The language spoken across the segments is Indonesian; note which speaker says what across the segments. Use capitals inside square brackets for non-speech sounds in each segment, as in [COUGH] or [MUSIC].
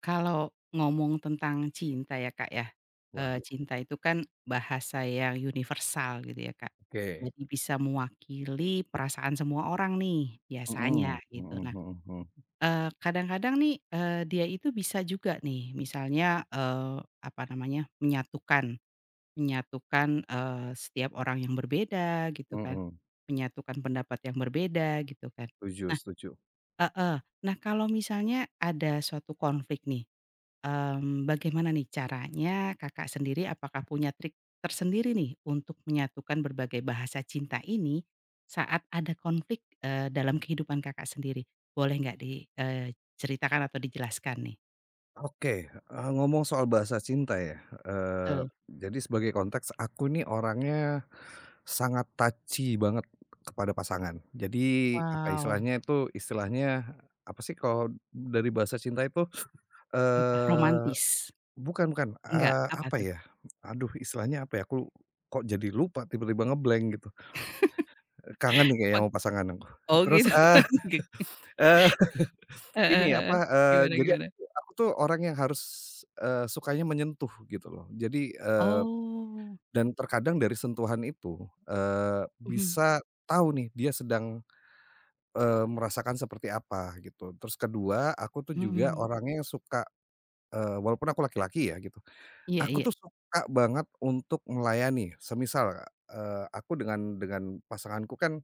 Speaker 1: Kalau ngomong tentang cinta ya, Kak, ya,
Speaker 2: Waduh,
Speaker 1: cinta itu kan bahasa yang universal gitu ya, Kak.
Speaker 2: oke.
Speaker 1: Jadi bisa mewakili perasaan semua orang nih biasanya
Speaker 2: Mhm,
Speaker 1: gitu. Nah,
Speaker 2: mhm mhm
Speaker 1: kadang-kadang nih, dia itu bisa juga nih misalnya, apa namanya, menyatukan menyatukan, setiap orang yang berbeda gitu
Speaker 2: mhm,
Speaker 1: kan,
Speaker 2: mhm,
Speaker 1: menyatukan pendapat yang berbeda gitu kan.
Speaker 2: setuju setuju.
Speaker 1: Nah, heeh, nah kalau misalnya ada suatu konflik nih, bagaimana nih caranya Kakak sendiri apakah punya trik tersendiri nih untuk menyatukan berbagai bahasa cinta ini saat ada konflik, dalam kehidupan Kakak sendiri? Boleh nggak diceritakan atau dijelaskan nih?
Speaker 2: Oke, ngomong soal bahasa cinta ya, eee,
Speaker 1: Betul.
Speaker 2: jadi sebagai konteks aku nih orangnya sangat touchy banget kepada pasangan. Jadi apa
Speaker 1: Wow,
Speaker 2: istilahnya itu, istilahnya apa sih kalau dari bahasa cinta itu,
Speaker 1: apa
Speaker 2: eee,
Speaker 1: romantis?
Speaker 2: bukan bukan,
Speaker 1: Enggak, apa
Speaker 2: apa
Speaker 1: tuh?
Speaker 2: ya, aduh istilahnya apa ya, aku kok jadi lupa tiba-tiba gitu, kangen nih
Speaker 1: Apa
Speaker 2: kayaknya sama pasangan aku.
Speaker 1: oh
Speaker 2: Terus,
Speaker 1: gitu.
Speaker 2: eee,
Speaker 1: [LAUGHS] Gik
Speaker 2: eee
Speaker 1: heeh
Speaker 2: Ini apa,
Speaker 1: heeh. Gimana
Speaker 2: jadi
Speaker 1: gimana?
Speaker 2: aku tuh orang yang harus, sukanya menyentuh gitu loh. Jadi,
Speaker 1: Oh,
Speaker 2: dan terkadang dari sentuhan itu,
Speaker 1: mhm
Speaker 2: bisa tahu nih dia sedang, merasakan seperti apa gitu. Terus kedua, aku tuh juga
Speaker 1: mhm.
Speaker 2: orangnya yang suka, walaupun aku laki-laki ya gitu,
Speaker 1: Iya
Speaker 2: aku
Speaker 1: iya,
Speaker 2: tuh suka banget untuk melayani. Semisal, aku dengan pasanganku kan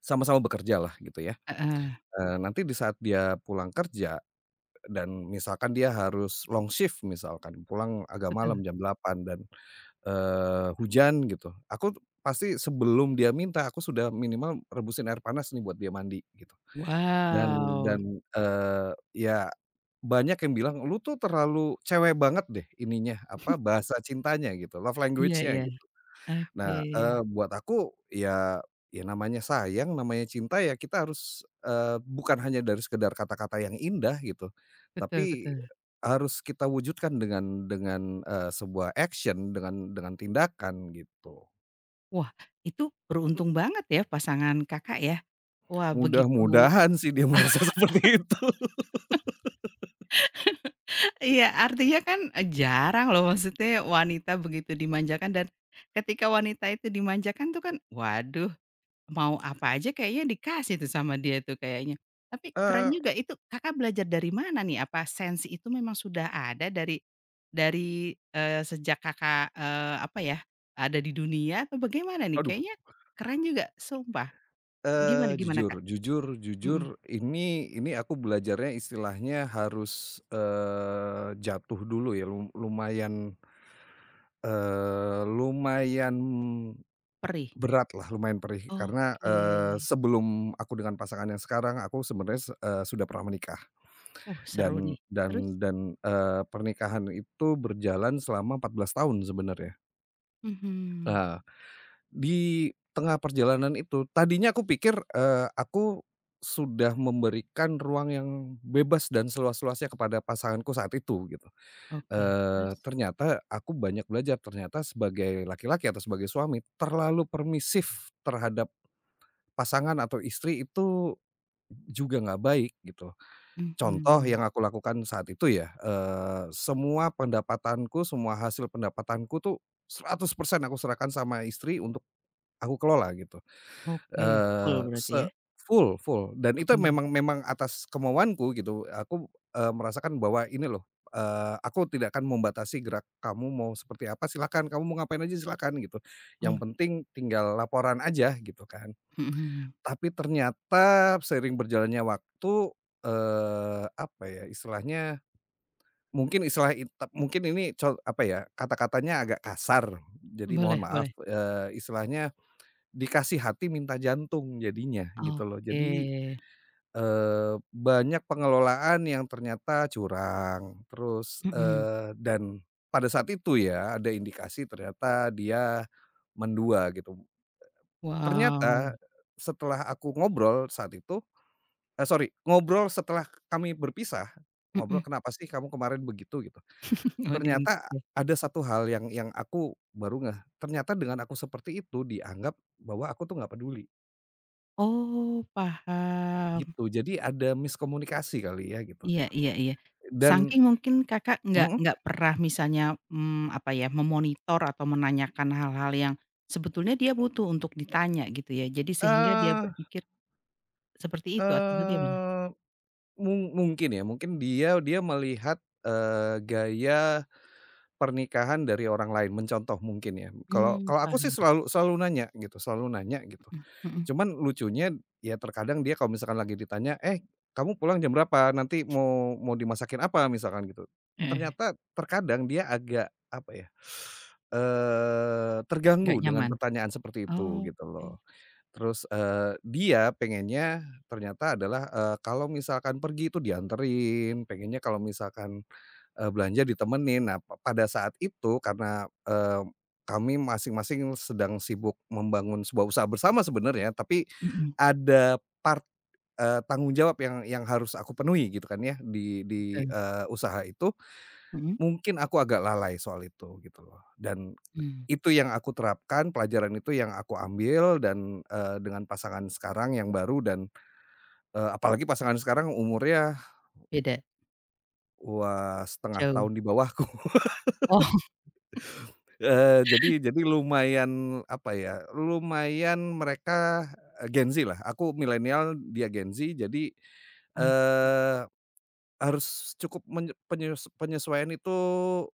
Speaker 2: sama-sama bekerja lah gitu ya,
Speaker 1: heeh,
Speaker 2: nanti di saat dia pulang kerja. Dan misalkan dia harus long shift misalkan, pulang agak
Speaker 1: betul.
Speaker 2: malam jam 8 dan, hujan gitu, aku pasti sebelum dia minta, aku sudah minimal rebusin air panas nih buat dia mandi gitu. Dan
Speaker 1: Wow,
Speaker 2: dan, ya banyak yang bilang, "Lu tuh terlalu cewek banget deh ininya, apa, bahasa cintanya gitu, love
Speaker 1: iya
Speaker 2: language-nya
Speaker 1: iya,
Speaker 2: gitu."
Speaker 1: oke.
Speaker 2: Nah, buat aku ya ya namanya sayang, namanya cinta ya kita harus, bukan hanya dari sekedar kata-kata yang indah gitu,
Speaker 1: Betul
Speaker 2: tapi
Speaker 1: betul.
Speaker 2: harus kita wujudkan dengan sebuah action, dengan tindakan gitu.
Speaker 1: Wah, itu beruntung banget ya pasangan Kakak ya. Wah begitu.
Speaker 2: Mudah-mudahan sih dia [LAUGHS] merasa seperti itu.
Speaker 1: [LAUGHS] Iya, artinya kan, jarang loh maksudnya wanita begitu dimanjakan, dan ketika wanita itu dimanjakan tuh kan, waduh, mau apa aja kayaknya dikasih tuh sama dia tuh kayaknya. Tapi keren
Speaker 2: Eee,
Speaker 1: juga itu. Kakak belajar dari mana nih? Apa sense itu memang sudah ada dari, sejak Kakak, apa ya, ada di dunia atau bagaimana nih?
Speaker 2: aduh,
Speaker 1: Kayaknya keren juga sumpah. Gimana gimana
Speaker 2: jujur
Speaker 1: Kak?
Speaker 2: jujur jujur
Speaker 1: Mhm.
Speaker 2: ini aku belajarnya istilahnya harus, jatuh dulu ya lumayan. Lumayan
Speaker 1: Perih?
Speaker 2: berat lah lumayan perih karena,
Speaker 1: Oke.
Speaker 2: sebelum aku dengan pasangan yang sekarang aku sebenarnya sudah pernah menikah
Speaker 1: Seru
Speaker 2: dan
Speaker 1: nih. Terus?
Speaker 2: dan dan, eee, pernikahan itu berjalan selama 14 tahun sebenarnya.
Speaker 1: Mhm.
Speaker 2: Nah, di tengah perjalanan itu tadinya aku pikir, aku sudah memberikan ruang yang bebas dan seluas-luasnya kepada pasanganku saat itu gitu.
Speaker 1: Oke, terus?
Speaker 2: Ternyata aku banyak belajar, ternyata sebagai laki-laki atau sebagai suami terlalu permisif terhadap pasangan atau istri itu juga nggak baik gitu. Contoh
Speaker 1: Mhm.
Speaker 2: yang aku lakukan saat itu ya, semua pendapatanku, semua hasil pendapatanku tuh 100% aku serahkan sama istri untuk aku kelola gitu.
Speaker 1: Oke, full
Speaker 2: Eee,
Speaker 1: berarti ya?
Speaker 2: se full full dan itu
Speaker 1: Mhm,
Speaker 2: memang memang atas kemauanku gitu, aku, merasakan bahwa ini loh, aku tidak akan membatasi gerak kamu mau seperti apa silakan kamu mau ngapain aja silakan gitu, yang
Speaker 1: mmm,
Speaker 2: penting tinggal laporan aja gitu kan.
Speaker 1: mhm.
Speaker 2: Tapi ternyata seiring berjalannya waktu, apa ya istilahnya, mungkin istilah it mungkin ini apa ya, kata-katanya agak kasar, jadi mohon
Speaker 1: Boleh
Speaker 2: maaf,
Speaker 1: boleh.
Speaker 2: istilahnya dikasih hati minta jantung jadinya gitu loh. Jadi,
Speaker 1: Oke,
Speaker 2: banyak pengelolaan yang ternyata curang terus,
Speaker 1: mhm.
Speaker 2: dan pada saat itu ya ada indikasi ternyata dia mendua gitu.
Speaker 1: Wow.
Speaker 2: Ternyata setelah aku ngobrol saat itu, eh, sorry ngobrol setelah kami berpisah, ngobrol,
Speaker 1: Mhm.
Speaker 2: "Kenapa sih kamu kemarin begitu?" Gitu.
Speaker 1: [LAUGHS] Oh, diungkit
Speaker 2: Ternyata
Speaker 1: ya?
Speaker 2: ada satu hal yang aku baru ngeh, ternyata dengan aku seperti itu dianggap bahwa aku tuh nggak peduli.
Speaker 1: Oh, paham.
Speaker 2: Gitu, jadi ada miskomunikasi kali ya gitu
Speaker 1: Iya iya iya.
Speaker 2: dan
Speaker 1: Saking mungkin Kakak nggak
Speaker 2: mhm,
Speaker 1: nggak pernah misalnya, apa ya, memonitor atau menanyakan hal-hal yang sebetulnya dia butuh untuk ditanya gitu ya. Jadi sehingga dia
Speaker 2: eee
Speaker 1: berpikir seperti itu atau bagaimana?
Speaker 2: eee, mungkin ya, mungkin dia dia melihat, gaya pernikahan dari orang lain, mencontoh mungkin ya. Kalau
Speaker 1: Mmm,
Speaker 2: kalau aku sih
Speaker 1: paham,
Speaker 2: selalu selalu nanya gitu selalu nanya gitu.
Speaker 1: mhm mhm.
Speaker 2: Cuman lucunya ya terkadang dia kalau misalkan lagi ditanya, "Eh, kamu pulang jam berapa? Nanti mau mau dimasakin apa?" Misalkan gitu.
Speaker 1: Heeh,
Speaker 2: Ternyata terkadang dia agak apa ya,
Speaker 1: nggak
Speaker 2: terganggu dengan
Speaker 1: nyaman.
Speaker 2: pertanyaan seperti itu gitu
Speaker 1: Oke,
Speaker 2: loh. Terus, dia pengennya ternyata adalah, kalau misalkan pergi itu dianterin, pengennya kalau misalkan belanja ditemenin. Nah, pada saat itu karena, kami masing-masing sedang sibuk membangun sebuah usaha bersama sebenarnya, tapi
Speaker 1: mhm,
Speaker 2: ada part, tanggung jawab yang harus aku penuhi gitu kan ya di di,
Speaker 1: betul,
Speaker 2: eee, usaha itu.
Speaker 1: mhm?
Speaker 2: Mungkin aku agak lalai soal itu gitu loh, dan
Speaker 1: Mmm.
Speaker 2: itu yang aku terapkan, pelajaran itu yang aku ambil dan, dengan pasangan sekarang yang baru dan, apalagi pasangan sekarang umurnya,
Speaker 1: Beda,
Speaker 2: wah, setengah
Speaker 1: jauh.
Speaker 2: tahun di bawahku.
Speaker 1: Oh. [LAUGHS]
Speaker 2: Eee, jadi lumayan, apa ya, lumayan mereka, Gen Z lah, aku milenial, dia Gen Z, jadi,
Speaker 1: Oke.
Speaker 2: eee, harus cukup menye penyes penyesuaian itu,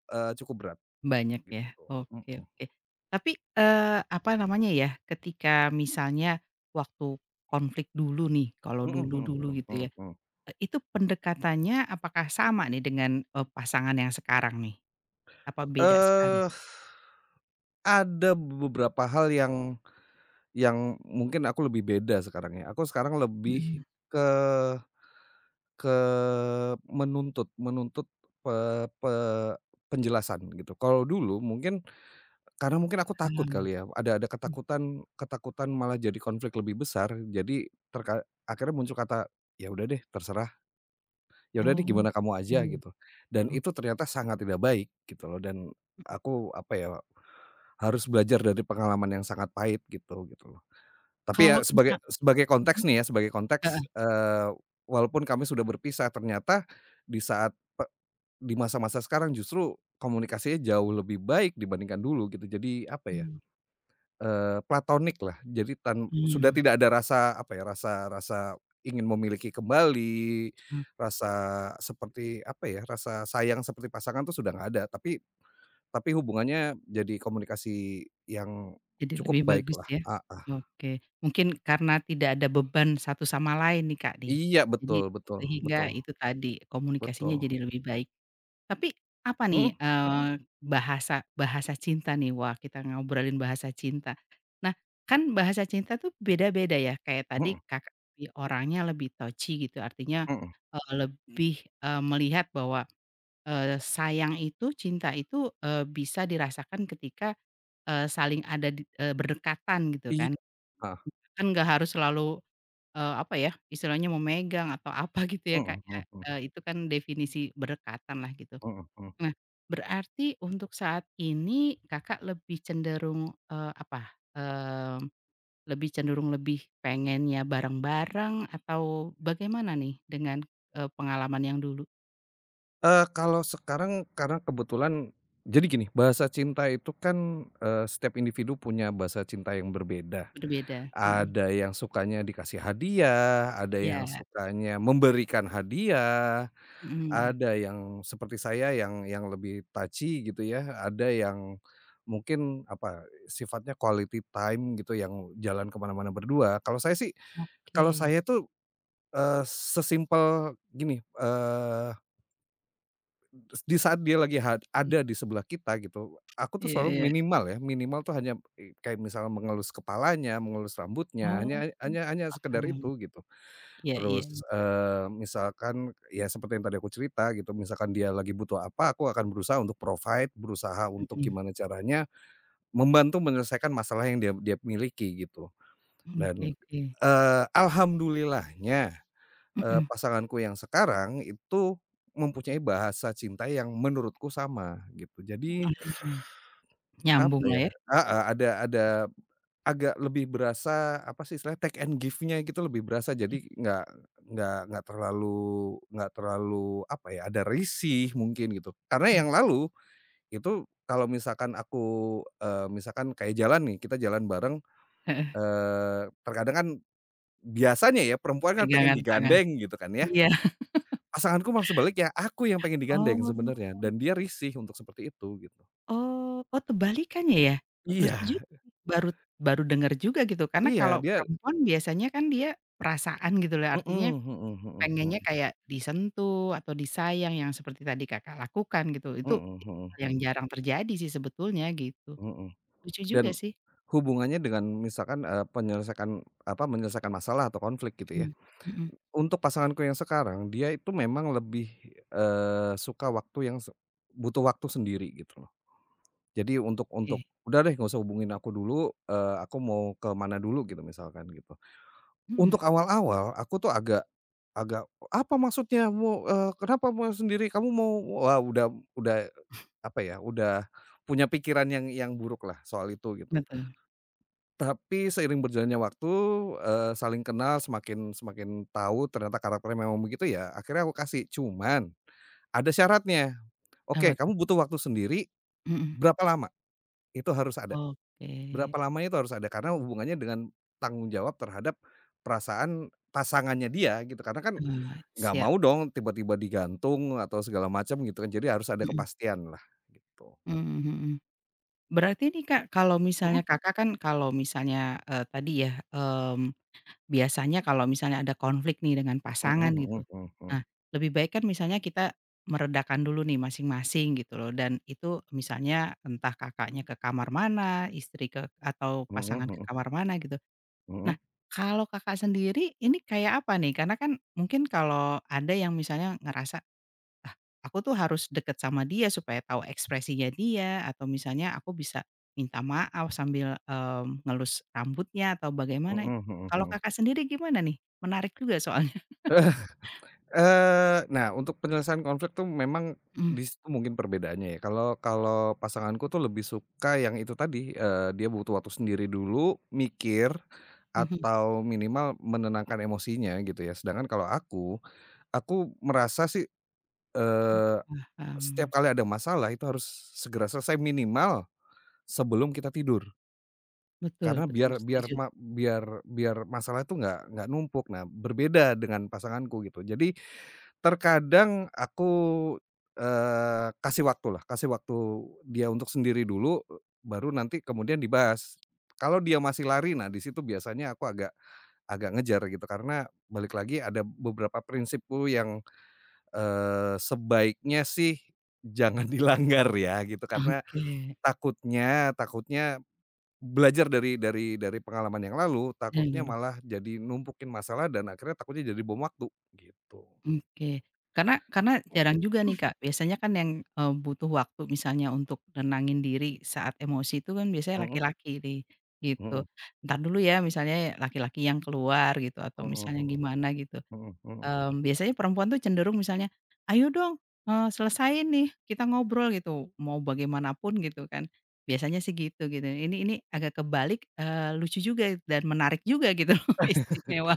Speaker 2: cukup berat
Speaker 1: Banyak ya?
Speaker 2: gitu.
Speaker 1: Oke
Speaker 2: Mhm.
Speaker 1: oke. Tapi, apa namanya ya, ketika misalnya waktu konflik dulu nih, kalau
Speaker 2: Mhm mhm
Speaker 1: dulu-dulu
Speaker 2: mhm mhm
Speaker 1: gitu ya,
Speaker 2: mhm.
Speaker 1: itu pendekatannya apakah sama nih dengan, pasangan yang sekarang nih? Apa beda sekali?
Speaker 2: Eh, ada beberapa hal yang mungkin aku lebih beda sekarang ya, aku sekarang
Speaker 1: Mhm,
Speaker 2: lebih ke Ke menuntut menuntut pe pe penjelasan gitu. Kalau dulu mungkin karena mungkin aku takut
Speaker 1: paham,
Speaker 2: kali ya, ada
Speaker 1: mmm.
Speaker 2: ketakutan ketakutan malah jadi konflik lebih besar, jadi akhirnya muncul kata, "Ya udah deh terserah, ya udah deh
Speaker 1: Oh,
Speaker 2: gimana kamu aja,"
Speaker 1: gitu.
Speaker 2: gitu. Dan itu
Speaker 1: Ok.
Speaker 2: ternyata sangat tidak baik gitu loh dan aku apa ya, harus belajar dari pengalaman yang sangat pahit gitu, gitu loh. Tapi ya
Speaker 1: Kalau bisa,
Speaker 2: sebagai sebagai konteks
Speaker 1: mhm,
Speaker 2: nih ya, sebagai
Speaker 1: heeh,
Speaker 2: konteks, walaupun kami sudah berpisah ternyata di saat di masa-masa sekarang justru komunikasinya jauh lebih baik dibandingkan dulu gitu. Jadi apa ya,
Speaker 1: mmm,
Speaker 2: platonik lah. Jadi sudah
Speaker 1: mmm,
Speaker 2: tidak ada rasa apa ya, rasa rasa ingin memiliki kembali,
Speaker 1: ok,
Speaker 2: rasa seperti apa ya, rasa sayang seperti pasangan tuh sudah nggak ada. Tapi hubungannya jadi komunikasi yang
Speaker 1: jadi
Speaker 2: cukup
Speaker 1: lebih
Speaker 2: baik
Speaker 1: bagus
Speaker 2: lah,
Speaker 1: ya?
Speaker 2: heeh.
Speaker 1: Oke, mungkin karena tidak ada beban satu sama lain nih, Kak, nih.
Speaker 2: Iya,
Speaker 1: Jadi
Speaker 2: betul betul
Speaker 1: sehingga
Speaker 2: betul,
Speaker 1: itu tadi, komunikasinya
Speaker 2: betul.
Speaker 1: jadi lebih baik. Tapi apa nih,
Speaker 2: Mhm
Speaker 1: bahasa bahasa cinta nih, wah kita ngobrolin bahasa cinta. Nah, kan bahasa cinta tuh beda-beda ya, kayak tadi
Speaker 2: mhm
Speaker 1: Kakak, si orangnya lebih touchy gitu, artinya,
Speaker 2: mhm.
Speaker 1: lebih, melihat bahwa sayang itu, cinta itu, bisa dirasakan ketika, saling ada di berdekatan gitu
Speaker 2: Iya,
Speaker 1: kan.
Speaker 2: heeh,
Speaker 1: Kan nggak harus selalu, apa ya, istilahnya memegang atau apa [LAUGHS] gitu ya, Kak,
Speaker 2: mhm
Speaker 1: ya,
Speaker 2: mhm
Speaker 1: itu kan definisi berdekatan lah gitu.
Speaker 2: mhm mhm.
Speaker 1: Nah, berarti untuk saat ini Kakak lebih cenderung, apa, mmm, lebih cenderung lebih pengennya bareng-bareng atau bagaimana nih dengan, pengalaman yang dulu?
Speaker 2: Kalau sekarang karena kebetulan jadi gini, bahasa cinta itu kan, setiap individu punya bahasa cinta yang berbeda.
Speaker 1: Berbeda, mhm.
Speaker 2: Ada yang sukanya dikasih hadiah, ada yang
Speaker 1: Iya,
Speaker 2: sukanya memberikan hadiah,
Speaker 1: mhm.
Speaker 2: ada yang seperti saya yang lebih touchy gitu ya, ada yang mungkin apa, sifatnya quality time gitu yang jalan ke mana-mana berdua. Kalau saya sih
Speaker 1: Oke.
Speaker 2: kalau saya tuh, sesimpel gini, terus di saat dia lagi ada di sebelah kita gitu, aku tuh
Speaker 1: Iya
Speaker 2: selalu
Speaker 1: iya.
Speaker 2: minimal ya, minimal tuh hanya, kayak misalnya mengelus kepalanya, mengelus rambutnya,
Speaker 1: Oh,
Speaker 2: hanya hanya hanya sekedar
Speaker 1: paham.
Speaker 2: itu gitu.
Speaker 1: Iya iya
Speaker 2: Terus,
Speaker 1: iya.
Speaker 2: misalkan ya seperti yang tadi aku cerita gitu, misalkan dia lagi butuh apa, aku akan berusaha untuk provide, berusaha untuk
Speaker 1: Mhm.
Speaker 2: gimana caranya membantu menyelesaikan masalah yang dia dia miliki gitu.
Speaker 1: Oke
Speaker 2: Dan,
Speaker 1: oke.
Speaker 2: alhamdulillahnya
Speaker 1: Mhm.
Speaker 2: pasanganku yang sekarang itu mempunyai bahasa cinta yang menurutku sama gitu. Jadi
Speaker 1: Heeh.
Speaker 2: apa
Speaker 1: Nyambunglah
Speaker 2: ya
Speaker 1: ya.
Speaker 2: heeh, ada agak lebih berasa apa sih istilahnya take and give-nya gitu lebih berasa jadi nggak terlalu apa ya, ada risih mungkin gitu. Karena
Speaker 1: Mhm.
Speaker 2: yang lalu itu kalau misalkan aku, misalkan kayak jalan nih, kita jalan bareng,
Speaker 1: Heeh,
Speaker 2: terkadang kan biasanya ya perempuan kan pengen
Speaker 1: pegangan tangan.
Speaker 2: digandeng gitu kan ya.
Speaker 1: Iya.
Speaker 2: Pasanganku malah sebaliknya, aku yang pengen digandeng
Speaker 1: Oh
Speaker 2: sebenarnya dan dia risih untuk seperti itu gitu.
Speaker 1: oh oh, kebalikannya ya?
Speaker 2: Iya.
Speaker 1: Lucu juga sih, baru baru dengar juga gitu karena
Speaker 2: Iya
Speaker 1: kalau
Speaker 2: dia,
Speaker 1: perempuan biasanya kan dia perasaan gitu loh,
Speaker 2: mhm
Speaker 1: artinya
Speaker 2: mhm mhm mhm
Speaker 1: pengennya kayak disentuh atau disayang yang seperti tadi Kakak lakukan gitu, itu
Speaker 2: mhm mhm
Speaker 1: yang jarang terjadi sih sebetulnya gitu.
Speaker 2: mhm mhm,
Speaker 1: Lucu
Speaker 2: dan
Speaker 1: juga sih.
Speaker 2: hubungannya dengan misalkan, penyelesaikan apa, menyelesaikan masalah atau konflik gitu ya.
Speaker 1: Mhm, mhm.
Speaker 2: Untuk pasanganku yang sekarang dia itu memang lebih, suka waktu yang butuh waktu sendiri gitu loh. Jadi untuk,
Speaker 1: Oke.
Speaker 2: "Udah deh nggak usah hubungin aku dulu, eee, aku mau ke mana dulu," gitu misalkan gitu.
Speaker 1: Mhm,
Speaker 2: Untuk awal-awal aku tuh agak agak, "Apa maksudnya mau eee, kenapa mau sendiri? Kamu mau" wah udah apa ya, udah punya pikiran yang buruk lah soal itu gitu.
Speaker 1: betul.
Speaker 2: Tapi seiring berjalannya waktu, saling kenal semakin semakin tahu ternyata karakternya memang begitu ya akhirnya aku kasih, cuman ada syaratnya,
Speaker 1: Apa
Speaker 2: "Oke
Speaker 1: tuh?
Speaker 2: kamu butuh waktu sendiri,
Speaker 1: Mhm.
Speaker 2: berapa lama?" Itu harus ada,
Speaker 1: Oke.
Speaker 2: berapa lamanya itu harus ada karena hubungannya dengan tanggung jawab terhadap perasaan pasangannya dia gitu. Karena kan
Speaker 1: Oh,
Speaker 2: nggak
Speaker 1: siap.
Speaker 2: mau dong tiba-tiba digantung atau segala macam gitu kan, jadi harus ada
Speaker 1: Mhm,
Speaker 2: kepastian lah gitu.
Speaker 1: mhm mhm. Berarti nih, Kak, kalau
Speaker 2: Mhm.
Speaker 1: misalnya Kakak kan kalau misalnya, tadi ya, mmm, biasanya kalau misalnya ada konflik nih dengan
Speaker 2: Mhm
Speaker 1: pasangan
Speaker 2: mhm
Speaker 1: gitu.
Speaker 2: mhm mhm.
Speaker 1: Nah, lebih baik kan misalnya kita meredakan dulu nih masing-masing gitu loh dan itu misalnya entah Kakaknya ke kamar mana, istri ke atau
Speaker 2: Mhm
Speaker 1: pasangan ke
Speaker 2: mhm.
Speaker 1: kamar mana gitu. Nah,
Speaker 2: Mhm.
Speaker 1: kalau Kakak sendiri ini kayak apa nih? Karena kan mungkin kalau ada yang misalnya ngerasa, "Aku tuh harus deket sama dia supaya tahu ekspresinya dia," atau misalnya, "Aku bisa minta maaf sambil, ngelus rambutnya," atau
Speaker 2: Mhm
Speaker 1: bagaimana itu.
Speaker 2: mhm
Speaker 1: Kalau
Speaker 2: mhm.
Speaker 1: Kakak sendiri gimana nih? Menarik juga soalnya.
Speaker 2: Nah untuk penyelesaian konflik tuh memang di
Speaker 1: Mhm
Speaker 2: situ mungkin perbedaannya ya, kalau kalau pasanganku tuh lebih suka yang itu tadi, dia butuh waktu sendiri dulu, mikir,
Speaker 1: mhm,
Speaker 2: atau minimal menenangkan emosinya gitu ya. Sedangkan kalau aku merasa sih, eee setiap
Speaker 1: paham.
Speaker 2: kali ada masalah itu harus segera selesai minimal sebelum kita tidur.
Speaker 1: Betul
Speaker 2: Karena
Speaker 1: betul,
Speaker 2: biar biar
Speaker 1: setuju.
Speaker 2: ma biar biar masalah itu nggak numpuk. Nah, berbeda dengan pasanganku gitu. Jadi terkadang aku, kasih waktu dia untuk sendiri dulu, baru nanti kemudian dibahas. Kalau dia masih lari, nah di situ biasanya aku agak agak ngejar gitu, karena balik lagi ada beberapa prinsipku yang sebaiknya sih jangan [LAUGHS] dilanggar ya gitu, karena
Speaker 1: Oke,
Speaker 2: takutnya takutnya belajar dari dari pengalaman yang lalu,
Speaker 1: dari
Speaker 2: takutnya
Speaker 1: dulu.
Speaker 2: malah jadi numpukin masalah dan akhirnya takutnya jadi bom waktu gitu.
Speaker 1: Oke. Karena jarang juga nih, Kak, biasanya kan yang, butuh waktu misalnya untuk nenangin diri saat emosi itu kan biasanya
Speaker 2: Mhm
Speaker 1: laki-laki nih, gitu.
Speaker 2: mhm
Speaker 1: "Entar dulu ya," misalnya laki-laki yang keluar gitu atau
Speaker 2: mhm
Speaker 1: misalnya
Speaker 2: mhm
Speaker 1: gimana gitu.
Speaker 2: mhm mhm mhm.
Speaker 1: Mmm, biasanya perempuan tuh cenderung misalnya, "Ayo dong, selesaiin nih, kita ngobrol," gitu, mau bagaimanapun gitu kan. Biasanya sih gitu gitu. Ini agak kebalik, lucu juga dan menarik juga gitu loh, [LAUGHS] istimewa.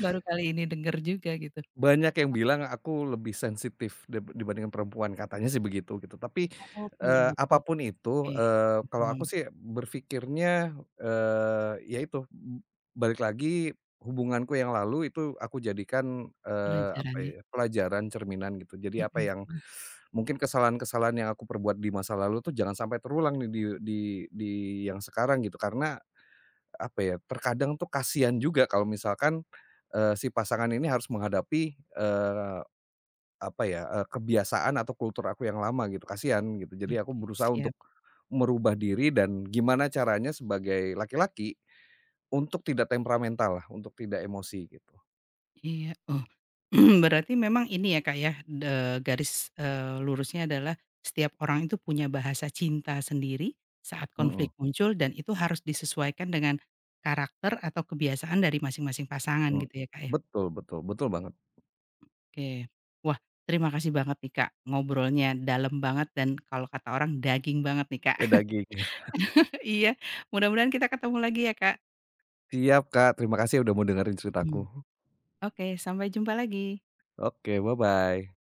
Speaker 1: Baru kali ini denger juga gitu.
Speaker 2: Banyak yang bilang aku lebih sensitif dibandingkan perempuan, katanya sih begitu gitu. Tapi,
Speaker 1: Oh,
Speaker 2: apa
Speaker 1: penyebabnya.
Speaker 2: itu,
Speaker 1: Oke,
Speaker 2: kalau
Speaker 1: paham,
Speaker 2: aku sih berpikirnya, ya itu, balik lagi hubunganku yang lalu itu aku jadikan, apa
Speaker 1: pelajarannya,
Speaker 2: ya, pelajaran cerminan gitu. Jadi apa
Speaker 1: mhm
Speaker 2: yang
Speaker 1: mhm,
Speaker 2: mungkin kesalahan-kesalahan yang aku perbuat di masa lalu tuh jangan sampai terulang nih di yang sekarang gitu. Karena apa ya, terkadang tuh kasihan juga kalau misalkan, si pasangan ini harus menghadapi, apa ya, kebiasaan atau kultur aku yang lama gitu, kasihan gitu. Jadi aku
Speaker 1: oke
Speaker 2: berusaha untuk
Speaker 1: siap,
Speaker 2: merubah diri dan gimana caranya sebagai laki-laki untuk tidak temperamental lah untuk tidak emosi gitu.
Speaker 1: iya, oh, [CLEARS THROAT] berarti memang ini ya Kak ya, garis, lurusnya adalah setiap orang itu punya bahasa cinta sendiri saat
Speaker 2: Mhm,
Speaker 1: konflik muncul dan itu harus disesuaikan dengan karakter atau kebiasaan dari masing-masing pasangan
Speaker 2: mhm.
Speaker 1: gitu ya Kak ya?
Speaker 2: Betul betul, betul banget.
Speaker 1: Oke, wah terima kasih banget nih Kak, ngobrolnya dalam banget dan kalau kata orang daging banget nih Kak,
Speaker 2: Eh, daging.
Speaker 1: [LAUGHS] iya, mudah-mudahan kita ketemu lagi ya Kak,
Speaker 2: Siap Kak, terima kasih udah mau dengerin
Speaker 1: mhm,
Speaker 2: ceritaku.
Speaker 1: oke sampai jumpa lagi.
Speaker 2: Oke, bye-bye.